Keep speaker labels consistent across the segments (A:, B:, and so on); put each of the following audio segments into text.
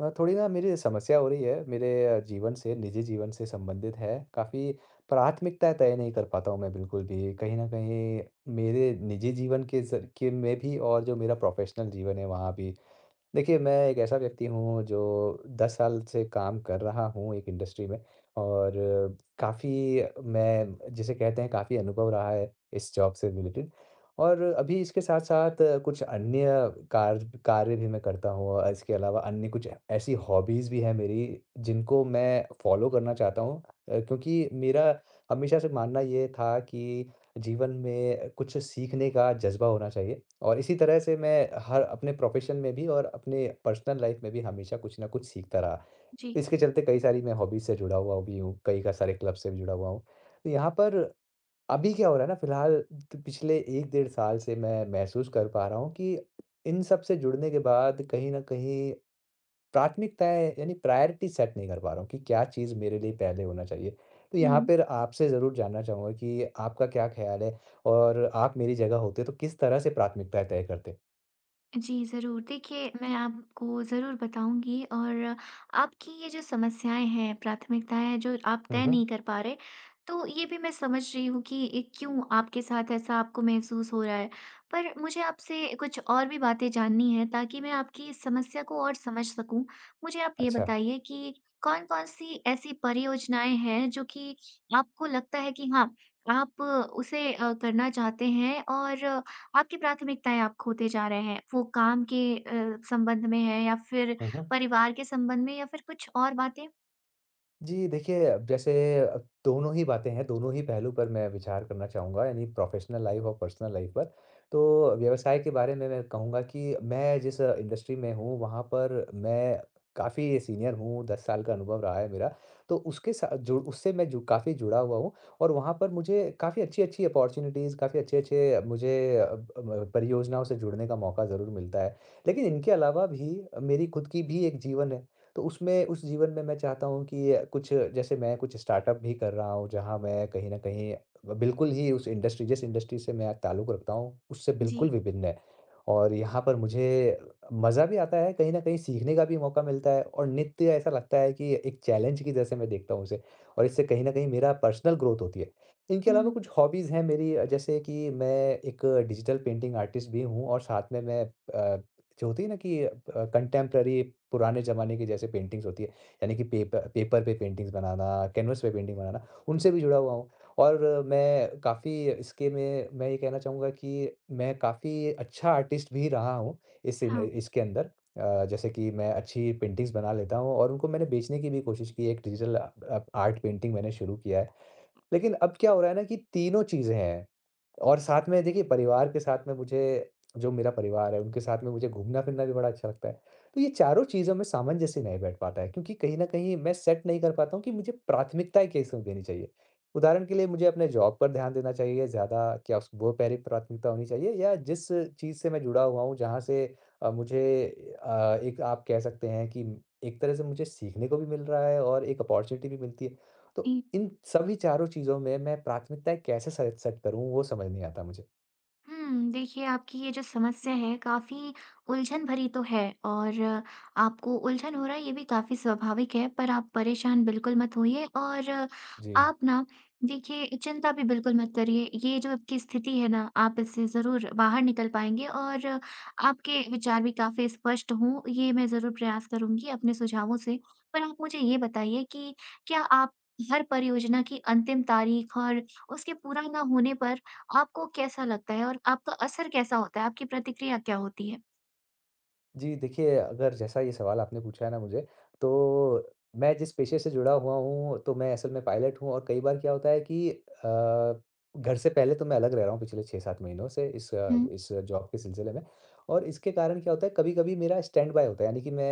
A: थोड़ी ना मेरी समस्या हो रही है। मेरे जीवन से निजी जीवन से संबंधित है। काफ़ी प्राथमिकता तय नहीं कर पाता हूँ मैं बिल्कुल भी। कहीं न कहीं मेरे निजी जीवन के ज़र के में भी और जो मेरा प्रोफ़ेशनल जीवन है वहाँ भी। देखिए, मैं एक ऐसा व्यक्ति हूँ जो 10 साल से काम कर रहा हूँ एक इंडस्ट्री में और काफ़ी मैं जिसे कहते हैं काफ़ी अनुभव रहा है इस जॉब से रिलेटेड। और अभी इसके साथ-साथ कुछ अन्य कार्य कार्य भी मैं करता हूँ और इसके अलावा अन्य कुछ ऐसी हॉबीज़ भी हैं मेरी, जिनको मैं फ़ॉलो करना चाहता हूँ। क्योंकि मेरा हमेशा से मानना ये था कि जीवन में कुछ सीखने का जज़्बा होना चाहिए, और इसी तरह से मैं हर अपने प्रोफ़ेशन में भी और अपने पर्सनल लाइफ़ में भी हमेशा कुछ ना कुछ सीखता रहा।
B: जी।
A: इसके चलते कई सारी मैं हॉबीज़ से जुड़ा हुआ भी हूँ, कई का सारे क्लब से भी जुड़ा हुआ हूँ। तो यहाँ पर अभी क्या हो रहा है ना फ़िलहाल, त पिछले 1 डेढ़ साल से मैं महसूस कर पा रहा हूँ कि इन सब से जुड़ने के बाद कहीं न कहीं प्राथमिकताएँ यानी प्रायोरिटी सेट नहीं कर पा रहा हूँ कि क्या चीज़ मेरे लिए पहले होना चाहिए। तो
B: हुँ।
A: यहाँ पर आपसे ज़रूर जानना चाहूँगा कि आपका क्या ख़्याल है, और आप मेरी जगह होते तो किस तरह से प्राथमिकताएँ तय करते?
B: जी, ज़रूर। देखिए, मैं आपको ज़रूर बताऊँगी और आपकी ये जो समस्याएँ हैं, प्राथमिकताएँ हैं, जो आप
A: हुँ,
B: तय
A: हुँ।
B: नहीं कर पा रहे, तो ये भी मैं समझ रही हूँ कि ये क्यों आपके साथ ऐसा आपको महसूस हो रहा है। पर मुझे आपसे कुछ और भी बातें जाननी हैं ताकि मैं आपकी इस समस्या को और समझ सकूँ। मुझे आप ये
A: अच्छा।
B: बताइए कि कौन-कौन सी ऐसी परियोजनाएँ हैं जो कि आपको लगता है कि हाँ, आप उसे करना चाहते हैं और आपकी प्राथमिकताएँ आप खोते जा रहे हैं, वो काम के संबंध में है या फिर
A: हुँ, हुँ।
B: परिवार के संबंध में या फिर कुछ और बातें?
A: जी, देखिए अब जैसे अ, दोनों ही बातें हैं, दोनों ही पहलू पर मैं विचार करना चाहूँगा, यानी प्रोफ़ेशनल लाइफ़ और पर्सनल लाइफ़ पर। तो व्यवसाय के बारे में मैं कहूँगा कि मैं जिस इंडस्ट्री में हूँ वहाँ पर मैं काफ़ी सीनियर हूँ, 10 साल का अनुभव रहा है मेरा। तो उसके सा जो उससे मैं जो काफ़ी जुड़ा हुआ हूँ, और वहाँ पर मुझे काफ़ी अच्छी-अच्छी अपॉर्च्युनिटीज़, काफ़ी अच्छे-अच्छे मुझे अब परियोजनाओं से जुड़ने का मौका ज़रूर मिलता है। लेकिन इनके अलावा भी मेरी खुद की भी एक जीवन। तो उसमें उस जीवन में मैं चाहता हूँ कि कुछ, जैसे मैं कुछ स्टार्टअप भी कर रहा हूँ जहाँ मैं कहीं न कहीं ब बिल्कुल ही उस इंडस्ट्री जिस इंडस्ट्री से मैं ताल्लुक़ रखता हूँ, उससे बिल्कुल
B: जी।
A: विभिन्न है। और यहाँ पर मुझे मज़ा भी आता है, कहीं न कहीं सीखने का भी मौका मिलता है, और नित्य ऐसा लगता है कि एक चैलेंज की जैसे मैं देखता हूँ उसे। और इससे कहीं न कहीं मेरा पर्सनल ग्रोथ होती है। इनके अलावा
B: हुँ,
A: कुछ हॉबीज़ हैं मेरी, जैसे कि मैं एक डिजिटल पेंटिंग आर्टिस्ट भी हूँ, और साथ में मैं अ जो होती है ना कि कंटेम्प्ररी, पुराने ज़माने की जैसे पेंटिंग्स होती है, यानी कि पेपर पेपर पे पेंटिंग्स बनाना, कैनवस पे पेंटिंग बनाना, उनसे भी जुड़ा हुआ हूँ। और मैं काफ़ी इसके में मैं ये कहना चाहूँगा कि मैं काफ़ी अच्छा आर्टिस्ट भी रहा हूँ इस इन
B: हाँ।
A: इसके अंदर। जैसे कि मैं अच्छी पेंटिंग्स बना लेता हूँ, और उनको मैंने बेचने की भी कोशिश की है। एक डिजिटल आर्ट पेंटिंग मैंने शुरू किया है। लेकिन अब क्या हो रहा है ना कि तीनों चीज़ें हैं, और साथ में देखिए परिवार के साथ में मुझे, जो मेरा परिवार है उनके साथ में मुझे घूमना-फिरना भी बड़ा अच्छा लगता है। तो ये चारों चीज़ों में सामंजस्य नहीं बैठ पाता है, क्योंकि कहीं न कहीं मैं सेट नहीं कर पाता हूँ कि मुझे प्राथमिकताएँ कैसे देनी चाहिए। उदाहरण के लिए मुझे अपने जॉब पर ध्यान देना चाहिए ज़्यादा, क्या उस वो पहली प्राथमिकता होनी चाहिए, या जिस चीज़ से मैं जुड़ा हुआ हूँ जहाँ से मुझे, एक आप कह सकते हैं कि एक तरह से मुझे सीखने को भी मिल रहा है, और एक अपॉर्च्युनिटी भी मिलती है। तो इन सभी चारों चीज़ों में मैं प्राथमिकताएँ कैसे से सेट करूँ, वो समझ नहीं आता मुझे?
B: हुँ, देखिए आपकी ये जो समस्या है काफ़ी उलझन भरी तो है और आपको उलझन हो रहा है ये भी काफ़ी स्वाभाविक है, पर आप परेशान बिल्कुल मत होइए और
A: जी।
B: आप ना देखिए चिंता भी बिल्कुल मत करिए। ये जो आपकी स्थिति है ना आप इससे ज़रूर बाहर निकल पाएँगे और आपके विचार भी काफ़ी स्पष्ट हों, ये मैं ज़रूर प्रयास करूँगी अपने सुझावों से। पर आप मुझे ये बताइए कि क्या आप हर परियोजना की अंतिम तारीख और उसके पूरा ना होने पर आपको कैसा लगता है और आपका असर कैसा होता है? आपकी प्रतिक्रिया क्या होती है?
A: जी, देखिए अगर जैसा ये सवाल आपने पूछा है ना मुझे, तो मैं जिस पेशे से जुड़ा हुआ हूँ, तो मैं असल में पायलट हूँ, और कई बार क्या होता है कि घर से पहले तो मैं अलग रह रहा हूँ पिछले 6-7 महीनों से
B: हुँ।
A: इस जॉब के सिलसिले में। और इसके कारण क्या होता है, कभी-कभी मेरा स्टैंड बाय होता है, यानी कि मैं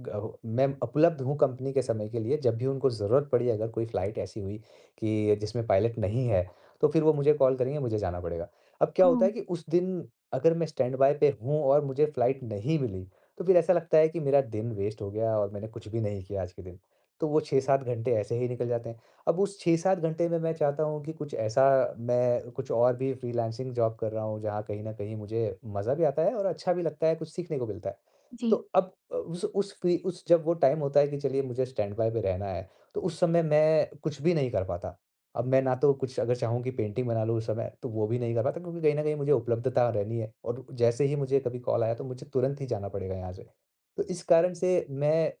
A: ग मैं उपलब्ध हूँ कंपनी के समय के लिए, जब भी उनको ज़रूरत पड़ी, अगर कोई फ्लाइट ऐसी हुई कि जिसमें पायलट नहीं है, तो फिर वो मुझे कॉल करेंगे, मुझे जाना पड़ेगा। अब क्या
B: हुँ।
A: होता है कि उस दिन अगर मैं स्टैंड बाय पे हूँ और मुझे फ्लाइट नहीं मिली, तो फिर ऐसा लगता है कि मेरा दिन वेस्ट हो गया और मैंने कुछ भी नहीं किया आज के दिन। तो वो 6-7 घंटे ऐसे ही निकल जाते हैं। अब उस 6-7 घंटे में मैं चाहता हूँ कि कुछ ऐसा, मैं कुछ और भी फ्रीलांसिंग जॉब कर रहा हूँ, जहाँ कहीं न कहीं मुझे मज़ा भी आता है और अच्छा भी लगता है, कुछ सीखने को मिलता है। तो
B: जी,
A: अब अ, उस फ्री उस जब वो टाइम होता है कि चलिए मुझे स्टैंड बाय पे रहना है, तो उस समय मैं कुछ भी नहीं कर पाता। अब मैं ना तो कुछ, अगर चाहूँ कि पेंटिंग बना लूँ उस समय, तो वो भी नहीं कर पाता, क्योंकि कहीं न कहीं मुझे उपलब्धता रहनी है, और जैसे ही मुझे कभी कॉल आया तो मुझे तुरंत ही जाना पड़ेगा यहाँ से। तो इस कारण से मैं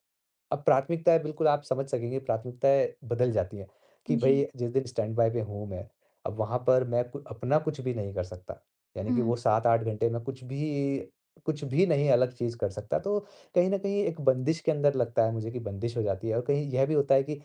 A: अब प्राथमिकताएँ, बिल्कुल आप समझ सकेंगे, प्राथमिकताएँ बदल जाती हैं कि
B: जी।
A: भई जिस दिन स्टैंड बाय पे हूँ मैं, अब वहाँ पर मैं कु अपना कुछ भी नहीं कर सकता। यानी कि
B: हुँ।
A: वो 7-8 घंटे में कुछ भी नहीं, अलग चीज़ कर सकता। तो कहीं न कहीं एक बंदिश के अंदर लगता है मुझे कि बंदिश हो जाती है, और कहीं यह भी होता है कि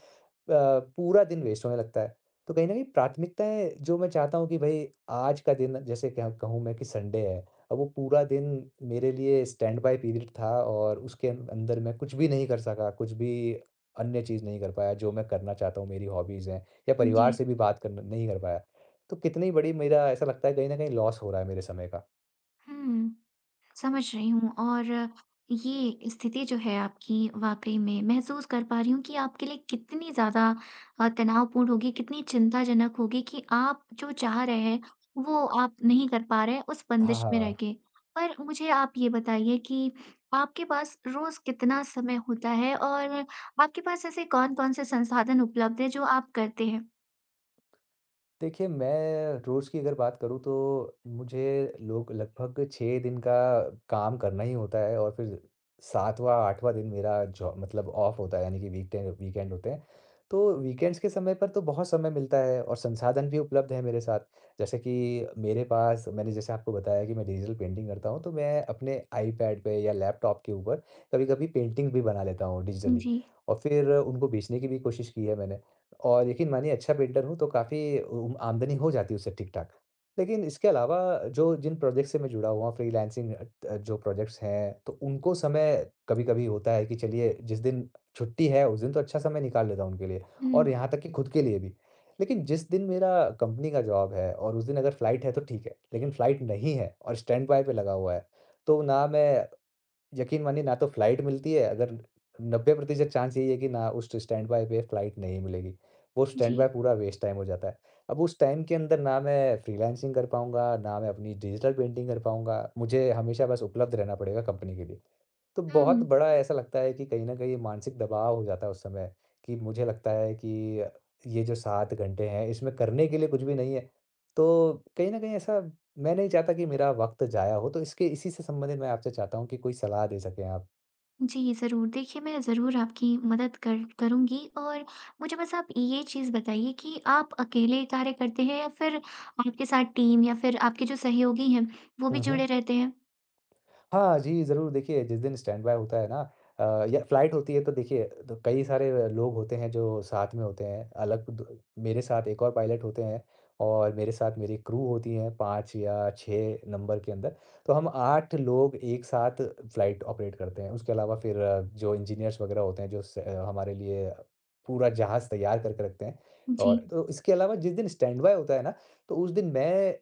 A: अ, पूरा दिन वेस्ट होने लगता है। तो कहीं न कहीं प्राथमिकताएँ जो मैं चाहता हूँ कि भई आज का दिन, जैसे क्या कहूँ मैं कि संडे है, अब वो पूरा दिन मेरे लिए स्टैंड बाय पीरियड था, और उसके अंदर मैं कुछ भी नहीं कर सका, कुछ भी अन्य चीज़ नहीं कर पाया जो मैं करना चाहता हूँ, मेरी हॉबीज़ हैं, या
B: जी।
A: परिवार से भी बात करना नहीं कर पाया। तो कितनी बड़ी, मेरा ऐसा लगता है कहीं न कहीं लॉस हो रहा है मेरे समय का।
B: हुँ। समझ रही हूँ और ये स्थिति जो है आपकी वाकई में महसूस कर पा रही हूँ कि आपके लिए कितनी ज़्यादा तनावपूर्ण होगी, कितनी चिंताजनक होगी कि आप जो चाह रहे हैं, वो आप नहीं कर पा रहे हैं उस
A: हाँ,
B: बंदिश में रह
A: हाँ।
B: के। पर मुझे आप ये बताइए कि आपके पास रोज़ कितना समय होता है और आपके पास ऐसे कौन-कौन से संसाधन उपलब्ध हैं जो आप करते हैं?
A: देखिए, मैं रोज़ की अगर बात करूँ तो मुझे लोग लगभग 6 दिन का काम करना ही होता है, और फिर 7वाँ 8वाँ दिन मेरा जॉ मतलब ऑफ होता है, यानी कि वीकडे वीकेंड होते हैं। तो वीकेंड्स के समय पर तो बहुत समय मिलता है और संसाधन भी उपलब्ध है मेरे साथ। जैसे कि मेरे पास, मैंने जैसे आपको बताया कि मैं डिजिटल पेंटिंग करता हूँ, तो मैं अपने आईपैड पे या लैपटॉप के ऊपर कभी-कभी पेंटिंग भी बना लेता हूँ डिजिटली।
B: जी।
A: और फिर उनको बेचने की भी कोशिश की है मैंने। और यकीन मानिए अच्छा बिल्डर हूँ, तो काफ़ी आमदनी हो जाती है उससे ठीक-ठाक। लेकिन इसके अलावा जो जिन प्रोजेक्ट से मैं जुड़ा हुआ हूँ, फ्रीलांसिंग अ, त जो प्रोजेक्ट्स हैं, तो उनको समय, कभी-कभी होता है कि चलिए जिस दिन छुट्टी है उस दिन तो अच्छा समय निकाल लेता हूँ उनके लिए, और
B: हुँ,
A: यहाँ तक कि खुद के लिए भी। लेकिन जिस दिन मेरा कंपनी का जॉब है और उस दिन अगर फ्लाइट है तो ठीक है, लेकिन फ्लाइट नहीं है और स्टैंड बाय पे लगा हुआ है, तो ना मैं, यकीन मानिए ना तो फ्लाइट मिलती है, अगर 90% चांस यही है कि ना, उस स्टैंड बाय पे फ्लाइट नहीं मिलेगी। वो स्टैंड
B: जी।
A: बाय पूरा वेस्ट टाइम हो जाता है। अब उस टाइम के अंदर ना मैं फ्रीलांसिंग कर पाऊँगा, ना मैं अपनी डिजिटल पेंटिंग कर पाऊँगा। मुझे हमेशा बस उपलब्ध रहना पड़ेगा कंपनी के लिए। तो बहुत
B: हुँ।
A: बड़ा ऐसा लगता है कि कहीं न कहीं मानसिक दबाव हो जाता है उस समय, कि मुझे लगता है कि ये जो 7 घंटे हैं, इसमें करने के लिए कुछ भी नहीं है। तो कहीं न कहीं ऐसा, मैं नहीं चाहता कि मेरा वक़्त ज़ाया हो, तो इसके इसी से संबंधित मैं आपसे चाहता हूँ कि कोई सलाह दे सकें आप।
B: जी, ज़रूर। देखिए, मैं ज़रूर आपकी मदद कर करूँगी और मुझे बस आप ये चीज़ बताइए कि आप अकेले कार्य करते हैं या फिर आपके साथ टीम या फिर आपके जो सहयोगी हैं, वो भी
A: हुँ,
B: जुड़े
A: हुँ।
B: रहते हैं?
A: हाँ जी, ज़रूर देखिए जिस दिन स्टैंड बाय होता है ना, या फ्लाइट होती है, तो देखिए तो कई सारे लोग होते हैं जो साथ में होते हैं। अलग द मेरे साथ एक और पायलट होते हैं, और मेरे साथ मेरी क्रू होती है 5 या 6 नंबर के अंदर। तो हम 8 लोग एक साथ फ्लाइट ऑपरेट करते हैं। उसके अलावा फिर जो इंजीनियर्स वगैरह होते हैं, जो हमारे लिए पूरा जहाज़ तैयार करके रखते हैं।
B: जी।
A: और तो इसके अलावा जिस दिन स्टैंड बाय होता है ना, तो उस दिन मैं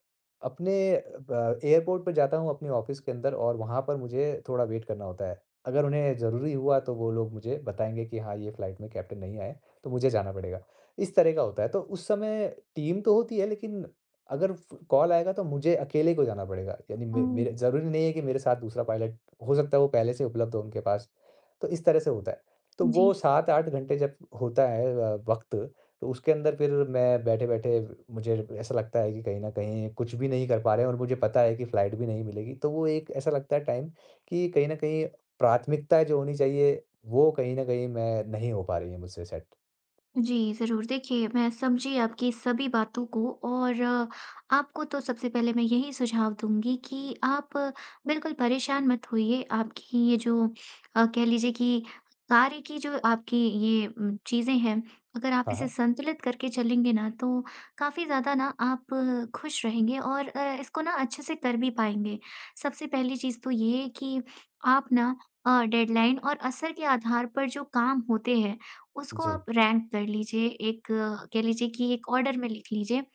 A: अपने ब एयरपोर्ट पे जाता हूँ अपने ऑफ़िस के अंदर, और वहाँ पर मुझे थोड़ा वेट करना होता है। अगर उन्हें ज़रूरी हुआ तो वो लोग मुझे बताएँगे कि हाँ, ये फ़्लाइट में कैप्टन नहीं आए, तो मुझे जाना पड़ेगा। इस तरह का होता है, तो उस समय टीम तो होती है, लेकिन अगर फ़ कॉल आएगा तो मुझे अकेले को जाना पड़ेगा। यानी मे
B: ओह!
A: मेरे ज़रूरी नहीं है कि मेरे साथ दूसरा पायलट, हो सकता है वो पहले से उपलब्ध हो उनके पास। तो इस तरह से होता है। तो
B: जी।
A: वो 7-8 घंटे जब होता है वक़्त, तो उसके अंदर फिर मैं बैठे-बैठे मुझे ऐसा लगता है कि कहीं न कहीं कुछ भी नहीं कर पा रहे हैं, और मुझे पता है कि फ्लाइट भी नहीं मिलेगी। तो वो एक ऐसा लगता है टाइम, कि कहीं न कहीं प्राथमिकता जो होनी चाहिए, वो कहीं न कहीं मैं नहीं हो पा रही है मुझसे सेट।
B: जी, ज़रूर। देखिए, मैं समझी आपकी सभी बातों को और आपको तो सबसे पहले मैं यही सुझाव दूँगी कि आप बिल्कुल परेशान मत होइए। आपकी ये जो कह लीजिए कि कार्य की जो आपकी ये चीज़ें हैं, अगर आप
A: हाँ,
B: इसे
A: हाँ।
B: संतुलित करके चलेंगे ना, तो काफ़ी ज़्यादा ना आप खुश रहेंगे और इसको ना अच्छे से कर भी पाएँगे। सबसे पहली चीज़ तो ये है कि आप ना डेडलाइन और असर के आधार पर जो काम होते हैं, उसको आप
A: जी,
B: रैंक कर लीजिए, एक कह लीजिए कि एक ऑर्डर में लिख लीजिए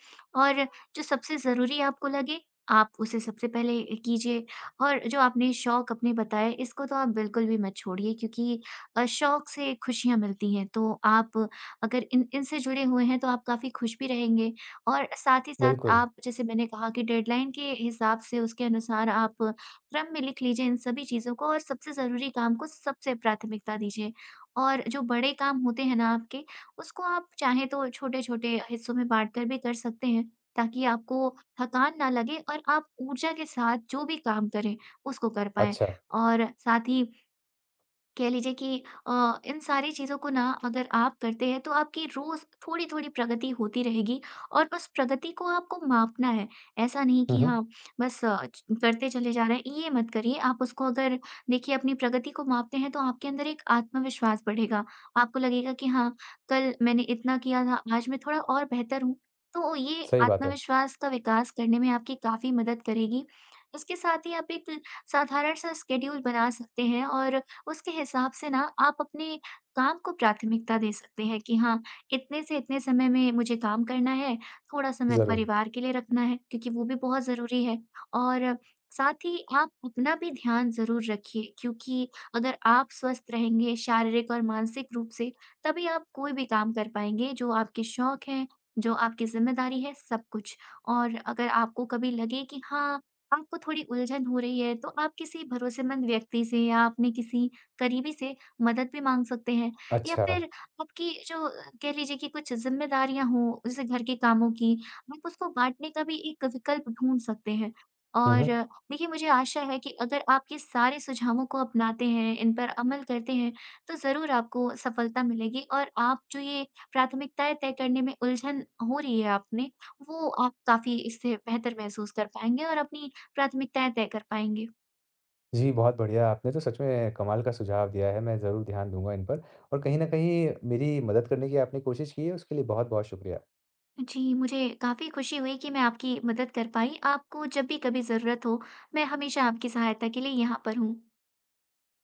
B: और जो सबसे ज़रूरी आपको लगे, आप उसे सबसे पहले कीजिए और जो आपने शौक अपने बताए, इसको तो आप बिल्कुल भी मत छोड़िए क्योंकि शौक से खुशियाँ मिलती हैं, तो आप अगर इन इनसे जुड़े हुए हैं, तो आप काफ़ी खुश भी रहेंगे और साथ ही साथ
A: बिल्कुल।
B: आप जैसे मैंने कहा कि डेडलाइन के हिसाब से उसके अनुसार आप क्रम में लिख लीजिए इन सभी चीज़ों को और सबसे ज़रूरी काम को सबसे प्राथमिकता दीजिए। और जो बड़े काम होते हैं ना आपके, उसको आप चाहें तो छोटे-छोटे हिस्सों में बाँटकर भी कर सकते हैं, ताकि आपको थकान ना लगे और आप ऊर्जा के साथ जो भी काम करें, उसको कर पाएँ।
A: अच्छा।
B: और साथ ही कह लीजिए कि इन सारी चीज़ों को ना अगर आप करते हैं तो आपकी रोज़ थोड़ी-थोड़ी प्रगति होती रहेगी और उस प्रगति को आपको मापना है। ऐसा नहीं
A: हुँ,
B: कि
A: हुँ।
B: हाँ, बस अ, च करते चले जा रहे हैं, ये मत करिए। आप उसको अगर देखिए अपनी प्रगति को मापते हैं तो आपके अंदर एक आत्मविश्वास बढ़ेगा। आपको लगेगा कि हाँ, कल मैंने इतना किया था, आज मैं थोड़ा और बेहतर हूँ। तो ये
A: सही बात है।
B: आत्मविश्वास का विकास करने में आपकी काफ़ी मदद करेगी। इसके साथ ही आप एक साधारण-सा स्केड्यूल बना सकते हैं और उसके हिसाब से ना आप अपने काम को प्राथमिकता दे सकते हैं कि हाँ, इतने से इतने समय में मुझे काम करना है, थोड़ा समय
A: ज़रूर।
B: परिवार के लिए रखना है क्योंकि वो भी बहुत ज़रूरी है। और साथ ही आप अपना भी ध्यान ज़रूर रखिए क्योंकि अगर आप स्वस्थ रहेंगे शारीरिक और मानसिक रूप से, तभी आप कोई भी काम कर पाएँगे जो आपके शौक हैं, जो आपकी ज़िम्मेदारी है, सब कुछ। और अगर आपको कभी लगे कि हाँ, आपको थोड़ी उलझन हो रही है, तो आप किसी भरोसेमंद व्यक्ति से या आपने किसी करीबी से मदद भी माँग सकते हैं या
A: अच्छा।
B: फिर आपकी जो कह लीजिए कि कुछ ज़िम्मेदारियाँ हों, जैसे घर के कामों की, आप उसको बाँटने का भी एक विकल्प ढूँढ सकते हैं।
A: हुँ,
B: और
A: हुँ।
B: देखिए, मुझे आशा है कि अगर आप ये सारे सुझावों को अपनाते हैं, इन पर अमल करते हैं, तो ज़रूर आपको सफलता मिलेगी और आप जो ये प्राथमिकताएँ तय करने में उलझन हो रही है आपने, वो आप काफ़ी इससे बेहतर महसूस कर पाएँगे और अपनी प्राथमिकताएँ तय कर पाएँगे।
A: जी, बहुत बढ़िया, आपने तो सच में कमाल का सुझाव दिया है। मैं ज़रूर ध्यान दूँगा इन पर, और कहीं न कहीं मेरी मदद करने की आपने कोशिश की है, उसके लिए बहुत-बहुत शुक्रिया।
B: जी, मुझे काफ़ी खुशी हुई कि मैं आपकी मदद कर पाई। आपको जब भी कभी ज़रूरत हो, मैं हमेशा आपकी सहायता के लिए यहाँ पर हूँ।